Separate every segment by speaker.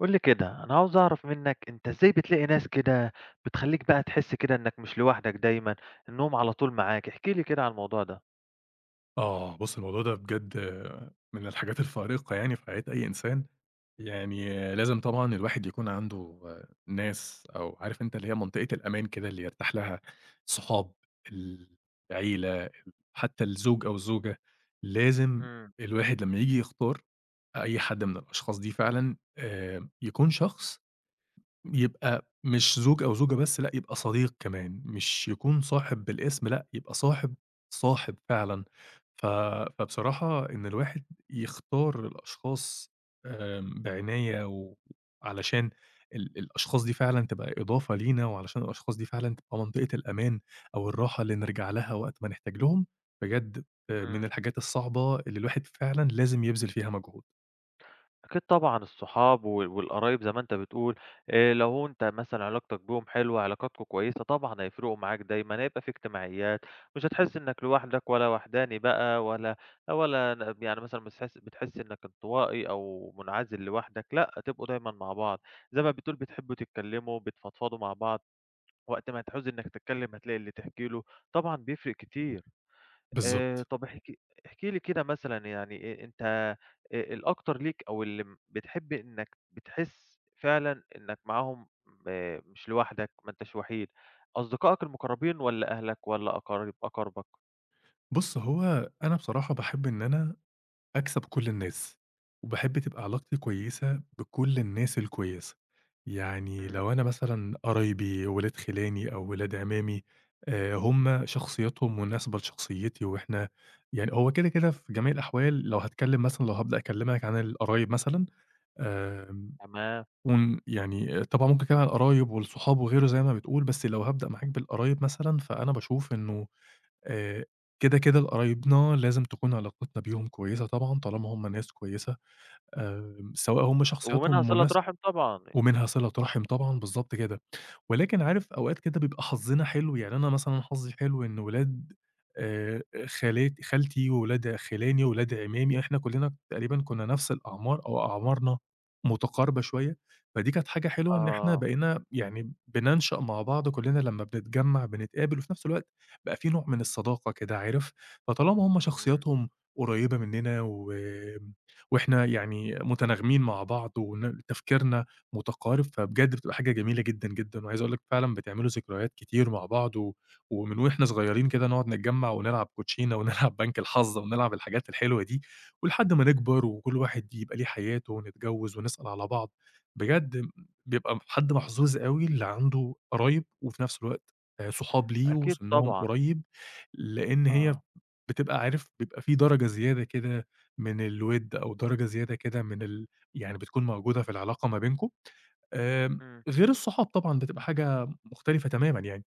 Speaker 1: قُل لي كده، أنا عاوز أعرف منّك أنت إزاي بتلاقي ناس كده بتخلّيك بقى تحس كده إنّك مش لوحدك دايمًا، إنّهم على طول معاك، احكِ لي كده عن الموضوع ده؟
Speaker 2: آه، بُص الموضوع ده بجد من الحاجات الفارقة يعني في حياة أي إنسان، يعني لازم طبعًا الواحد يكون عنده ناس أو عارف أنت اللي هي منطقة الأمان كده اللي يرتاح لها، الصحاب، العيلة، حتى الزوج أو الزوجة، لازم
Speaker 1: إمم.
Speaker 2: الواحد لمّا ييجي يختار أي حد من الأشخاص دي فعلًا يكون شخص يبقى مش زوج أو زوجة بس، لأ يبقى صديق كمان، مش يكون صاحب بالاسم، لأ يبقى صاحب، صاحب فعلًا. ف فبصراحة إن الواحد يختار الأشخاص بعناية علشان الأشخاص دي فعلًا تبقى إضافة لينا، وعلشان الأشخاص دي فعلًا تبقى منطقة الأمان أو الراحة اللي نرجع لها وقت ما نحتاج لهم، بجد من
Speaker 1: إمم.
Speaker 2: الحاجات الصعبة اللي الواحد فعلًا لازم يبذل فيها مجهود.
Speaker 1: أكيد طبعًا الصحاب والقرايب زي ما أنت بتقول، لو أنت مثلًا علاقتك بيهم حلوة، علاقاتكم كويسة، طبعًا هيفرقوا معاك دايمًا، هيبقى في اجتماعيات، مش هتحس إنّك لوحدك ولا وحداني بقى ولا يعني مثلًا بتحس إنّك انطوائي أو منعزل لوحدك، لأ، تبقوا دايمًا مع بعض، زي ما بتقول بتحبوا تتكلّموا، بتفضفضوا مع بعض، وقت ما هتعوز إنك تتكلم هتلاقي اللي تحكي له، طبعًا بيفرق كتير.
Speaker 2: بالضبط.
Speaker 1: طب احكِ لي كده مثلًا يعني أنت الأكتر ليك أو اللي بتحب إنك بتحس فعلًا إنك معاهم مش لوحدك، ما أنتش وحيد، أصدقائك المقربين والّا أهلك والّا أقارب أقاربك؟
Speaker 2: بُص، هو أنا بصراحة باحب إن أنا أكسب كل الناس، وباحب تبقى علاقتي كويسة بكل الناس الكويسة، يعني
Speaker 1: إمم.
Speaker 2: لو أنا مثلًا قرايبي، ولاد خِلاني أو ولاد عمامي هُم شخصياتهم مناسبة لشخصيتي وإحنا يعني هو كده، كده في جميع الأحوال لو هاتكلم مثلًا لو هابدأ أكلمك عن القرايب مثلًا آمم،
Speaker 1: تمام.
Speaker 2: يعني طبعًا ممكن أتكلم عن القرايب والصحاب وغيره زي ما بتقول، بس لو هابدأ معاك بالقرايب مثلًا، فأنا باشوف إنه آآ كده، كده لقرايبنا لازم تكون علاقتنا بيهم كويسة طبعًا طالما هم ناس كويسة، سواء هم
Speaker 1: ومنها
Speaker 2: شخصياتهم
Speaker 1: صِلة رحم طبعًا.
Speaker 2: ومنها صِلة رحم طبعًا، بالضبط كده. ولكن عارف أوقات كده بيبقى حظنا حلو، يعني أنا مثلًا حظي حلو إن ولاد خالات خالتي وولاد خِلاني وولاد عمامي، إحنا كلّنا تقريبًا كنا نفس الأعمار أو أعمارنا متقاربة شوية، فدي كانت حاجة حلوة إن إحنا
Speaker 1: آه.
Speaker 2: بقينا يعني بننشأ مع بعض كلّنا لمّا بنتجمّع بنتقابل، وفي نفس الوقت بقى في نوع من الصداقة كده عارف، فطالما هُم
Speaker 1: إمم.
Speaker 2: شخصياتهم قريّبة مننا وإحنا يعني متناغمين مع بعض تفكيرنا متقارب، فبجد بتبقى حاجة جميلة جدًا، جدًا، وعايز أقول لك فعلًا بتعملوا ذكريات كتير مع بعض، ومن وإحنا صغيرين كده نقعد نتجمّع ونلعب كوتشينة، ونلعب بنك الحظ، ونلعب الحاجات الحلوة دي، ولحد ما نكبر وكل واحد يبقى ليه حياته ونتجوّز ونسأل على بعض، بجد بيبقى حد محظوظ أوي اللي عنده قرايب، وفي نفس الوقت صحاب ليه
Speaker 1: أكيد
Speaker 2: وسنهم
Speaker 1: طبعًا.
Speaker 2: قريب، لإن هي
Speaker 1: آه.
Speaker 2: بتبقى عارف بيبقى في درجة زيادة كده من الوِد، أو درجة زيادة كده من يعني بتكون موجودة في العلاقة ما بينكم. آمم،
Speaker 1: إمم.
Speaker 2: غير الصحاب طبعًا بتبقى حاجة مختلفة تمامًا يعني.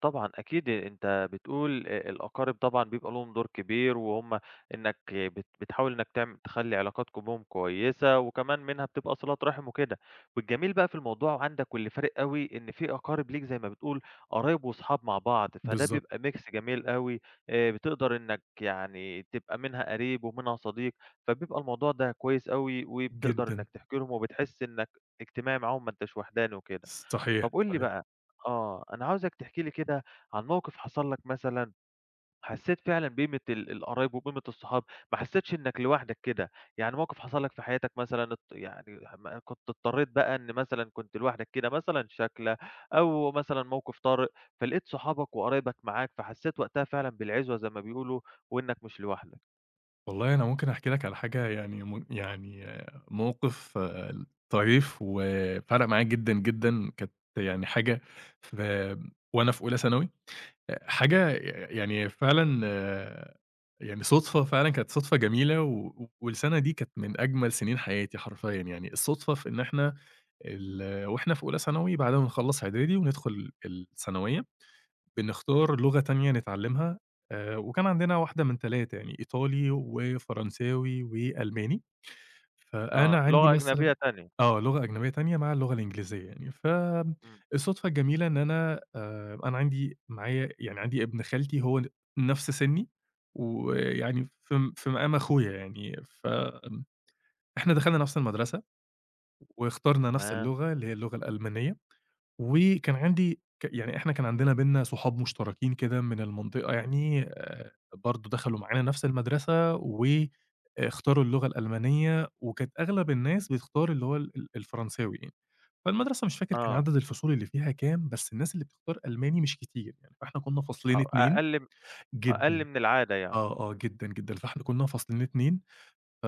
Speaker 1: طبعًا أكيد أنت بتقول الأقارب طبعًا بيبقى لهم دور كبير، وهُم إنّك بتحاول إنّك تخلّي علاقاتكم بهم كويسة، وكمان منها بتبقى صِلة رحم وكده. والجميل بقى في الموضوع عندك واللي فارق أوي إن في أقارب ليك زي ما بتقول قرايب وصحاب مع بعض، فده
Speaker 2: بالضبط.
Speaker 1: بيبقى mix جميل أوي. بتقدر إنّك يعني تبقى منها قريب ومنها صديق، فبيبقى الموضوع ده كويس أوي وبتقدر إنّك
Speaker 2: جدًا،
Speaker 1: تحكي لهم وبتحس إنّك اجتماعي معاهم ما أنتاش وحداني وكده.
Speaker 2: صحيح،
Speaker 1: طب قُل لي
Speaker 2: صحيح.
Speaker 1: بقى، أنا عاوزك تحكي لي كده عن موقف حصل لك مثلًا، حسّيت فعلًا بقيمة القرايب وقيمة الصحاب، ما حسّيتش إنك لوحدك كده، يعني موقف حصل لك في حياتك مثلًا يعني ما كنت اضطريت بقى إن مثلًا كنت لوحدك كده مثلًا شكلة، أو مثلًا موقف طارئ، فلقيت صحابك وقرايبك معاك، فحسّيت وقتها فعلًا بالعِزوة زي ما بيقولوا، وإنك مش لوحدك.
Speaker 2: والله أنا ممكن أحكي لك على حاجة يعني يعني موقف طريف وفرق معايا جدًا، جدًا، كانت يعني حاجة في وأنا في أولى ثانوي. حاجة يعني فعلًا آه، يعني صُدفة فعلًا كانت صُدفة جميلة والسَنة دي كانت
Speaker 1: إمم.
Speaker 2: من أجمل سِنين حياتي حرفيًا يعني، الصُدفة في إن إحنا وإحنا في أولى ثانوي بعد ما نخلّص إعدادي وندخل الثانوية،
Speaker 1: إمم.
Speaker 2: بنختار لغة تانية نتعلّمها وكان عندنا واحدة من 3 يعني إيطالي وفرنساوي وألماني، فأنا
Speaker 1: آه،
Speaker 2: عندي
Speaker 1: لغة
Speaker 2: مثلًا
Speaker 1: أجنبية تانية.
Speaker 2: آه، لغة أجنبية تانية مع اللغة الإنجليزية يعني،
Speaker 1: إمم.
Speaker 2: فالصدفة الجميلة إن أنا عندي معايا يعني عندي ابن خالتي هو نفْس سِنّي، ويعني في مقام أخويا يعني، فإحنا دخلنا نفْس المدرسة، واخترنا نفْس
Speaker 1: تمام.
Speaker 2: اللغة اللي هي اللغة الألمانية، وكان عندي ك يعني إحنا كان عندنا بيننا صحاب مشتركين كده من المنطقة يعني برضه دخلوا معانا نفْس المدرسة، واختاروا اللغة الألمانية، وكانت أغلب الناس بتختار اللي هو ال ال الفرنساوي يعني. فالمدرسة مش فاكر كان
Speaker 1: آه،
Speaker 2: عدد الفصول اللي فيها كام، بس الناس اللي بتختار ألماني مش كتير يعني، فإحنا كنا
Speaker 1: أ
Speaker 2: فصلين 2
Speaker 1: أقل م أقل
Speaker 2: جدًا،
Speaker 1: من العادة يعني.
Speaker 2: آه، آه،
Speaker 1: إمم.
Speaker 2: جدًا، جدًا، فإحنا كنا فصلين 2 ف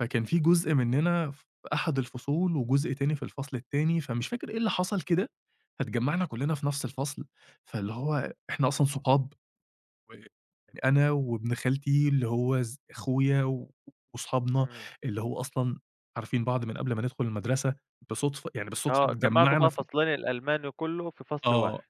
Speaker 2: فكان في جزء مننا في أحد الفصول وجزء تاني في الفصل التاني، فمش فاكر إيه اللي حصل كده، فاتجمّعنا كلّنا في نفس الفصل، فاللي هو إحنا أصلًا صحاب يعني أنا وابن خالتي اللي هو أخويا وصحابنا
Speaker 1: إمم.
Speaker 2: اللي هو أصلًا عارفين بعض من قبل ما ندخل المدرسة، بصُدفة يعني بالصُدفة
Speaker 1: آه، جمّعتوا
Speaker 2: اتجمّعنا
Speaker 1: بقى فصلين الألماني كلّه في فصل
Speaker 2: آه،
Speaker 1: واحد.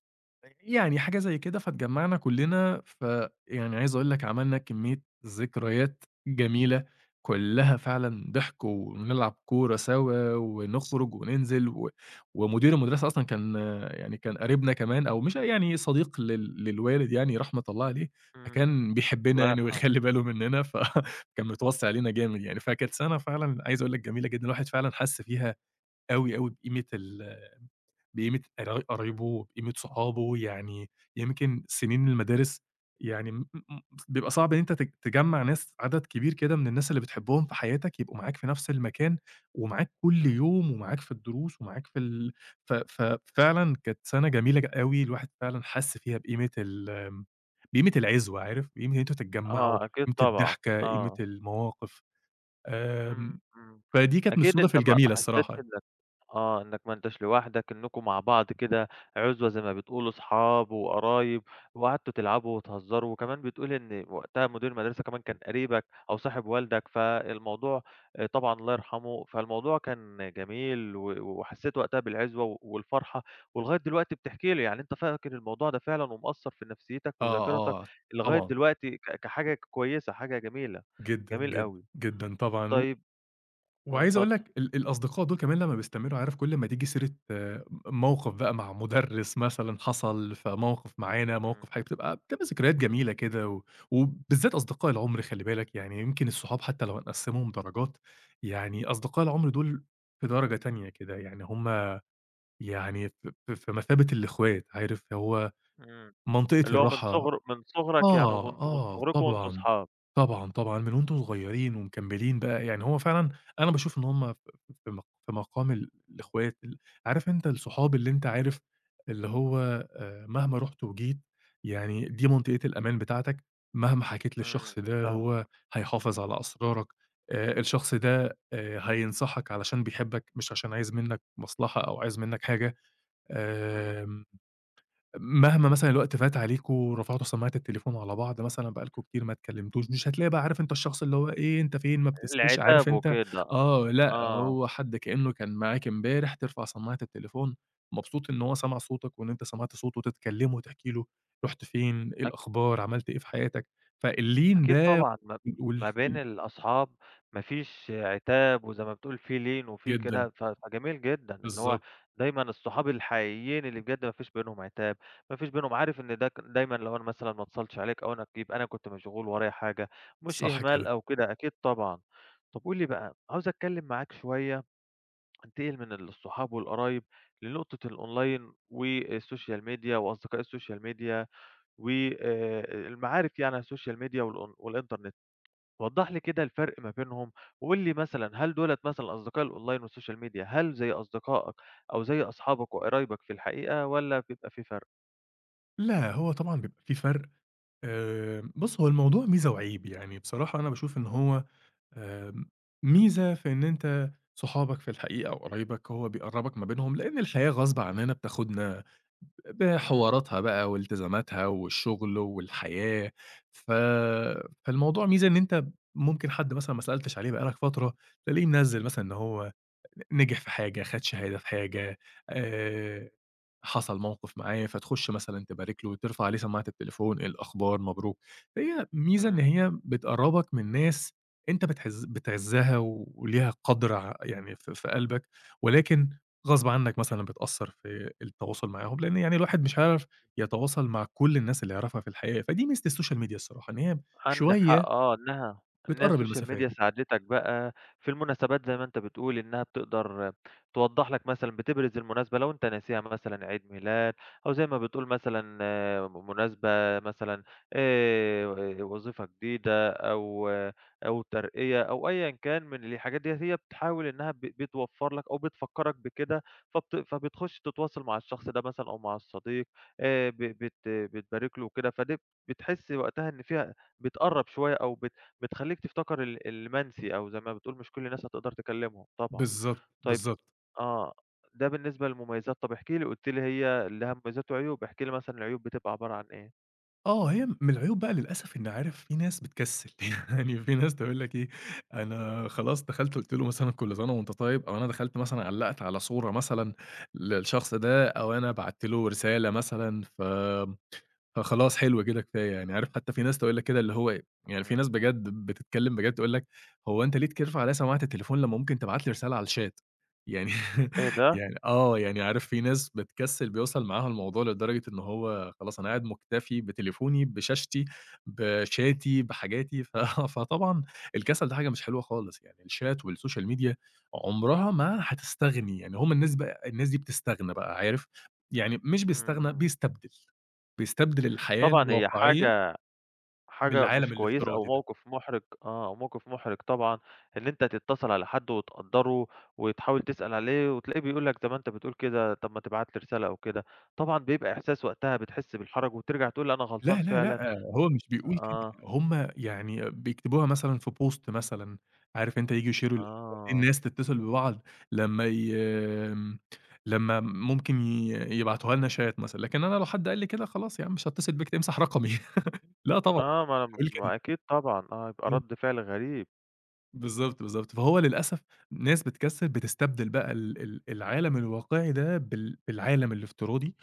Speaker 2: يعني حاجة زي كده، فاتجمّعنا كلّنا، فيعني عايز أقول لك عملنا كمية ذكريات جميلة، كلّها فعلًا ضحك ونلعب كورة سوا ونخرج وننزل ومدير المدرسة أصلًا كان يعني كان قريبنا كمان أو مش يعني صديق للوالد يعني رحمة الله عليه،
Speaker 1: إمم.
Speaker 2: فكان بيحبّنا
Speaker 1: الله
Speaker 2: يعني
Speaker 1: يرحمه.
Speaker 2: ويخلّي باله منّنا، فكان متوصّي علينا جامد يعني، فكانت سَنة فعلًا عايز أقول لك جميلة جدًا، الواحد فعلًا حَس فيها أوي، أوي بقيمة
Speaker 1: إمم.
Speaker 2: قرايبه، بقيمة صحابه، يعني يمكن سنين المدارس يعني م م بيبقى صعب إن أنت تجمّع ناس عدد كبير كده من الناس اللي بتحبهم في حياتك يبقوا معاك في نفس المكان، ومعاك كل
Speaker 1: إمم.
Speaker 2: يوم، ومعاك في الدروس، ومعاك في ال ف ففعلًا كانت سنة جميلة أوي، الواحد فعلًا حس فيها بقيمة ال آمم، بقيمة العِزوة عارف، قيمة إن أنتم تتجمّعوا،
Speaker 1: آه. أكيد
Speaker 2: قيمة
Speaker 1: طبعًا.
Speaker 2: الضحكة، قيمة
Speaker 1: آه.
Speaker 2: المواقف،
Speaker 1: إمم.
Speaker 2: آمم،
Speaker 1: إمم.
Speaker 2: فدي كانت من
Speaker 1: أكيد
Speaker 2: الصُدَف
Speaker 1: أنت ما ما
Speaker 2: الجميلة
Speaker 1: حسّيتش
Speaker 2: الصراحة.
Speaker 1: إنّك ما أنتش لوحدك، إنّكم مع بعض كده عُزوة زي ما بتقولوا، صحاب وقرايب وقعدتوا تلعبوا وتهزّروا وكمان بتقول إن وقتها مدير المدرسة كمان كان قريبك أو صاحب والدك، فالموضوع طبعًا الله يرحمه، فالموضوع كان جميل وحسّيت وقتها بالعِزوة والفرحة ولغاية دلوقتي بتحكي لي، يعني أنت فاكر الموضوع ده فعلًا ومأثّر في نفسيّتك
Speaker 2: آه،
Speaker 1: وذاكرتك
Speaker 2: آه،
Speaker 1: لغاية
Speaker 2: طبعًا.
Speaker 1: دلوقتي كحاجة كويسة، حاجة جميلة،
Speaker 2: جدًا،
Speaker 1: جميل
Speaker 2: جدًا،
Speaker 1: أوي.
Speaker 2: جدًا طبعًا، و
Speaker 1: طيب آه،
Speaker 2: وعايز أقول
Speaker 1: اتفضل.
Speaker 2: لك الأصدقاء دول كمان لمّا بيستمروا عارف كل أمّا تيجي سيرة موقف بقى مع مُدرّس مثلًا حصل، فموقف معانا،
Speaker 1: إمم.
Speaker 2: موقف حاجة، بتبقى ذكريات جميلة كده وبالذات أصدقاء العُمر خلّي بالك، يعني يمكن الصحاب حتى لو هنقسّمهم درجات، يعني أصدقاء العُمر دول في درجة تانية كده، يعني هم يعني ف ف في مثابة الإخوات، عارف هو
Speaker 1: إمم.
Speaker 2: منطقة
Speaker 1: اللي هو من
Speaker 2: الراحة
Speaker 1: صغر من صغرك يعني
Speaker 2: آه،
Speaker 1: وأنتم من
Speaker 2: آه،
Speaker 1: صغركم وأنتم
Speaker 2: طبعًا،
Speaker 1: أصحاب.
Speaker 2: طبعًا، طبعًا، من وأنتم صغيّرين ومكمّلين بقى، يعني هو فعلًا أنا باشوف إن هم ف في م في مقام الإخوات عارف أنت الصحاب اللي أنت عارف اللي هو مهما رُحت وجيت، يعني دي منطقة الأمان بتاعتك، مهما حكيت
Speaker 1: إمم.
Speaker 2: للشخص ده
Speaker 1: فاهمك.
Speaker 2: هو هيحافظ على أسرارك، الشخص ده هينصحك علشان بيحبك مش عشان عايز منّك مصلحة أو عايز منّك حاجة،
Speaker 1: إمم.
Speaker 2: آمم مهما مثلًا الوقت فات عليكم، رفعتوا سماعة التليفون على بعض مثلًا بقى لكم كتير ما اتكلمتوش، مش هتلاقي بقى عارف أنت الشخص اللي هو إيه، أنت فين، ما بتسألش،
Speaker 1: العتاب
Speaker 2: عارف أنت
Speaker 1: وكده.
Speaker 2: آه، لأ،
Speaker 1: آه.
Speaker 2: هو حد كإنه كان معاك امبارح، ترفع سماعة التليفون، مبسوط إن هو سمع صوتك وإن أنت سمعت صوته، تتكلموا وتحكي له رُحت فين، إيه الأخبار، عملت إيه في حياتك، فاللين
Speaker 1: أكيد
Speaker 2: ده
Speaker 1: طبعًا، ما
Speaker 2: وال
Speaker 1: ما بين الأصحاب ما فيش عتاب وزي ما بتقول في لين وفي كده،
Speaker 2: جدًا،
Speaker 1: فجميل جدًا إن هو
Speaker 2: بالضبط،
Speaker 1: دايمًا الصحاب الحقيقيين اللي بجد ما فيش بينهم عتاب، ما فيش بينهم عارف إن ده دايمًا لو أنا مثلًا ما اتصلتش عليك أو أنا يبقى أنا كنت مشغول ورايا حاجة، مش
Speaker 2: صح
Speaker 1: إهمال
Speaker 2: كده.
Speaker 1: أو كده، أكيد طبعًا. طَب قُل لي بقى، عاوز أتكلم معاك شوية أنتقل من الصحاب والقرايب لنقطة الأونلاين والسوشيال ميديا وأصدقاء السوشيال ميديا و المعارف يعني على السوشيال ميديا والأون والإنترنت. وضّح لي كده الفرق ما بينهم، وقُل لي مثلًا هل دُولة مثلًا أصدقاء الأونلاين والسوشيال ميديا هل زي أصدقائك أو زي أصحابك وقرايبك في الحقيقة والّا بيبقى في فرق؟
Speaker 2: لأ، هو طبعًا بيبقى في فرق، بُص هو الموضوع ميزة وعيب، يعني بصراحة أنا باشوف إن هو آمم، ميزة في إن أنت صحابك في الحقيقة أو قرايبك هو بيقرّبك ما بينهم، لإن الحياة غصب عننا بتاخدنا
Speaker 1: إمم.
Speaker 2: بحواراتها بقى والتزاماتها والشغل والحياة، ف فالموضوع ميزة إن أنت ممكن حد مثلًا ما سألتش عليه بقى لك فترة، تلاقيه منزّل مثلًا إن هو نجح في حاجة، خد شهادة في حاجة آآ حصل موقف معاه، فتخُش مثلًا تبارك له، ترفع عليه سماعة التليفون، إيه الأخبار، مبروك. فهي ميزة إن
Speaker 1: إمم.
Speaker 2: هي بتقرّبك من ناس أنت بتعزّها وليها قدْر يعني في قلبك، ولكن غصْب عنّك مثلًا بتأثّر في التواصل معاهم، لإن يعني الواحد مش هيعرف يتواصل مع كل الناس اللي يعرفها في الحقيقة، فدي ميزة السوشيال ميديا الصراحة، إن هي
Speaker 1: عندك حق
Speaker 2: شوية
Speaker 1: آه، إنها
Speaker 2: بتقرّب
Speaker 1: السوشيال ميديا
Speaker 2: المسافات.
Speaker 1: ساعدتك بقى في المناسبات زي ما أنت بتقول، إنها بتقدر توضّح لك مثلًا بتبرز المناسبة لو أنت ناسيها مثلًا عيد ميلاد أو زي ما بتقول مثلًا مناسبة مثلًا آآ، وظيفة جديدة أو ترقية أو أيًا كان من الحاجات ديّة، هي بتحاول إنها بتوفّر لك أو بتفكّرك بكده، فبتخش تتواصل مع الشخص ده مثلًا أو مع الصديق ب بت بتبارك له وكده، فدي بتحس وقتها إن فيها بتقرّب شوية أو بتخلّيك تفتكر المنسي أو زي ما بتقول مش كل الناس هتقدر تكلّمهم طبعًا.
Speaker 2: بالضبط،
Speaker 1: طيب،
Speaker 2: بالضبط.
Speaker 1: آه، ده بالنسبة للمميزات، طب احكِ لي قُلت لي هي اللي لها مميزات وعيوب، احكِ لي مثلًا العيوب بتبقى عبارة عن إيه؟
Speaker 2: آه، هي من العيوب بقى للأسف إن عارف في ناس بتكسّل، يعني في ناس تقول لك إيه، أنا خلاص دخلت قُلت له مثلًا كل سنة وأنت طيب، أو أنا دخلت مثلًا علّقت على صورة مثلًا للشخص ده، أو أنا بعتّ له رسالة مثلًا، فخلاص حلو كده كفاية يعني، عارف حتى في ناس تقول لك كده اللي هو إيه، يعني في
Speaker 1: إمم.
Speaker 2: ناس بجد بتتكلّم بجد تقول لك: "هو أنت ليه تكِر عليَّ سماعة التليفون لمّا ممكن تبعت لي رسالة على الchat؟" يعني
Speaker 1: إيه ده!
Speaker 2: يعني يعني عارف في ناس بتكسّل بيوصل معاها الموضوع لدرجة إن هو خلاص أنا قاعد مكتفي بتليفوني، بشاشتي، بشاتي، بحاجاتي، ف فطبعًا الكسل ده حاجة مش حلوة خالص، يعني الشات والسوشيال ميديا عمرها ما هتستغني، يعني هم الناس بقى الناس دي بتستغنى بقى عارف، يعني مش بيستغنى
Speaker 1: إمم.
Speaker 2: بيستبدل، الحياة
Speaker 1: طبعًا هي
Speaker 2: الواقعية
Speaker 1: حاجة مش
Speaker 2: بالعالم
Speaker 1: كويسة أو
Speaker 2: الافتراضي ده.
Speaker 1: موقف محرج، أو موقف محرج طبعًا، إن أنت تتصل على حد وتقدّره وتحاول تسأل عليه وتلاقيه بيقول لك زي ما أنت بتقول كده، طب ما تبعت لي رسالة أو كده، طبعًا بيبقى إحساس وقتها بتحس بالحرج وترجع تقول أنا غلطان
Speaker 2: لا، لا،
Speaker 1: فعلًا.
Speaker 2: لأ، هو مش بيقول كده،
Speaker 1: آه.
Speaker 2: هُم يعني بيكتبوها مثلًا في post مثلًا، عارف أنت ييجوا يشيروا اللي هو ليه
Speaker 1: آه.
Speaker 2: الناس تتصل ببعض لمّا ي آمم، لمّا ممكن يبعتوها لنا chat مثلًا، لكن أنا لو حد قال لي كده خلاص يا عم مش هاتصل بيك، امسح رقمي. لا طبعًا،
Speaker 1: آه. ما
Speaker 2: مش
Speaker 1: أنا
Speaker 2: هاقول كده.
Speaker 1: ما أكيد طبعًا. آه، يبقى رد فعل غريب.
Speaker 2: بالضبط، بالضبط. فهو للأسف ناس بتكسّل بتستبدل بقى ال ال العالم الواقعي ده بالعالم الافتراضي،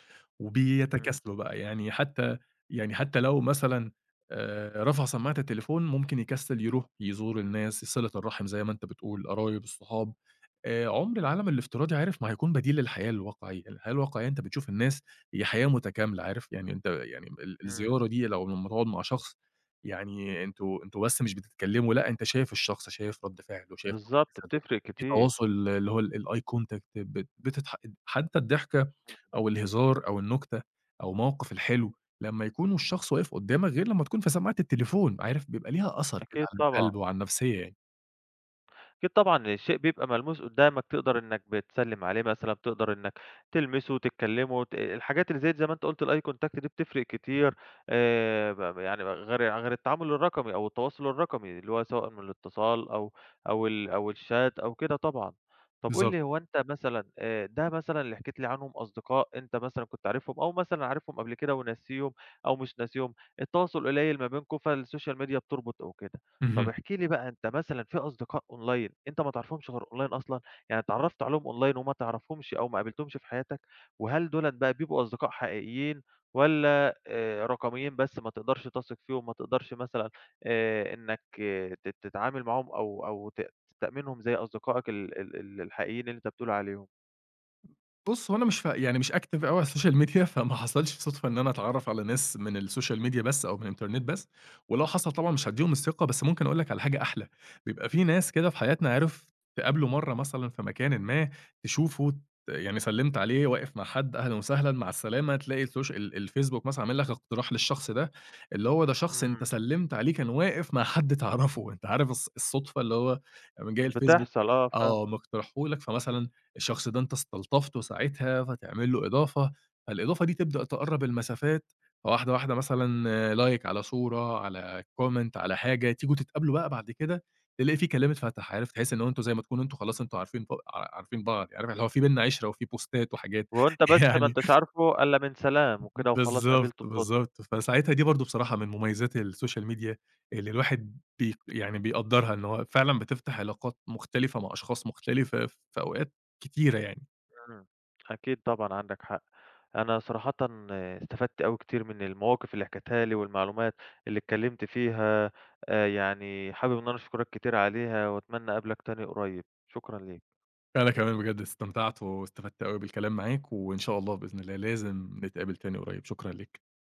Speaker 1: إمم.
Speaker 2: وبيتكاسلوا بقى، يعني حتى لو مثلًا رفع سماعة التليفون ممكن يكسّل يروح يزور الناس، صِلة الرحم زي ما أنت بتقول، القرايب، الصحاب. عُمر العالم الافتراضي عارف ما هيكون بديل للحياة الواقعية، الحياة الواقعية أنت بتشوف الناس هي حياة متكاملة عارف، يعني أنت يعني ال
Speaker 1: إمم.
Speaker 2: الزيارة دي لمّا تقعد مع شخص يعني أنتم بس مش بتتكلموا، لأ أنت شايف الشخص، شايف رد فعله، شايف نوع
Speaker 1: بالضبط
Speaker 2: جسده،
Speaker 1: بتفرق
Speaker 2: في
Speaker 1: كتير.
Speaker 2: تواصل اللي هو الeye contact بتضح حتى الضحكة أو الهزار أو النكتة أو موقف الحلو، لمّا يكون الشخص واقف قدّامك غير لمّا تكون في سماعة التليفون، عارف بيبقى ليها أثر كده
Speaker 1: أكيد
Speaker 2: على
Speaker 1: طبعًا.
Speaker 2: القلب وعلى النفسية يعني.
Speaker 1: أكيد طبعًا الشيء بيبقى ملموس قدّامك، تقدر إنّك بتسلِّم عليه مثلًا، بتقدر إنّك تلمسه، تتكلّمه، الحاجات اللي زي ما أنت قُلت الeye contact دي بتفرق كتير. ب ب يعني غير التعامل الرقمي أو التواصل الرقمي، اللي هو سواء من الاتصال أو الchat أو كده طبعًا. طَب قُل
Speaker 2: بالضبط.
Speaker 1: لي هو أنت مثلًا ده مثلًا اللي حكيت لي عنهم أصدقاء أنت مثلًا كنت عارفهم أو مثلًا عارفهم قبل كده وناسيهم أو مش ناسيهم، التواصل قليّل ما بينكم فالسوشيال ميديا بتربط أو كده. طب
Speaker 2: اهم.
Speaker 1: احكِ لي بقى أنت مثلًا في أصدقاء online أنت ما تعرفهمش غير online أصلًا، يعني اتعرّفت عليهم online وما تعرفهمش أو ما قابلتهمش في حياتك، وهل دُولًا بقى بيبقوا أصدقاء حقيقيين والّا رقميين بس ما تقدرش تثق فيهم، ما تقدرش مثلًا إنّك تتعامل معاهم أو تأمِنهم زي أصدقائك ال ال ال الحقيقيين اللي أنت بتقول عليهم؟
Speaker 2: بُص، هو أنا مش ف يعني مش active أوي على السوشيال ميديا، فما حصلش صدفة إن أنا أتعرّف على ناس من السوشيال ميديا بس أو من الإنترنت بس، ولو حصل طبعًا مش
Speaker 1: إمم.
Speaker 2: هادّيهم الثقة، بس ممكن أقول لك على حاجة أحلى، بيبقى في ناس كده في حياتنا عرفت تقابله مرّة مثلًا في مكانٍ ما، تشوفه يعني سلِّمت عليه واقف مع حد أهلًا وسهلًا مع السلامة، تلاقي السوش ال الفيسبوك مثلًا عامل لك اقتراح للشخص ده، اللي هو ده شخص أنت
Speaker 1: إمم.
Speaker 2: سلِّمت عليه كان واقف مع حد تعرفه، أنت عارف الصدفة اللي هو قام جاي الفيسبوك
Speaker 1: بتحصل آه، فاهمك.
Speaker 2: آه، مقترحه لك، فمثلًا الشخص ده أنت استلطفته ساعتها، فتعمل له إضافة، فالإضافة دي تبدأ تقرّب المسافات، فواحدة واحدة مثلًا
Speaker 1: إمم.
Speaker 2: آه، لايك على صورة، على comment على حاجة، تيجوا تتقابلوا بقى بعد كده، تلاقي في كلام اتفتح، عارف تحس إن هو أنتم زي ما تكونوا أنتم خلاص أنتم عارفين ب ع عارفين بعض، يعني عارف اللي هو في بيننا عِشرة وفي بوستات وحاجات
Speaker 1: وأنت بس ما
Speaker 2: يعني
Speaker 1: أنتش عارفه إلا من سلام وكده وخلاص
Speaker 2: بالضبط،
Speaker 1: قابلته بصدفة.
Speaker 2: بالضبط، فساعتها دي برضه بصراحة من مميزات السوشيال ميديا اللي الواحد يعني بيقدّرها، إن هو فعلًا بتفتح علاقات مختلفة مع أشخاص مختلفة في أوقات كتيرة يعني.
Speaker 1: إمم. أكيد طبعًا عندك حق. أنا صراحةً استفدت أوي كتير من المواقف اللي حكيتها لي والمعلومات اللي اتكلمت فيها، يعني حابب إن أنا أشكرك كتير عليها وأتمنى أقابلك تاني قريب. شكرًا ليك.
Speaker 2: أنا كمان بجد استمتعت واستفدت أوي بالكلام معاك، وإن شاء الله بإذن الله لازم نتقابل تاني قريب، شكرًا ليك.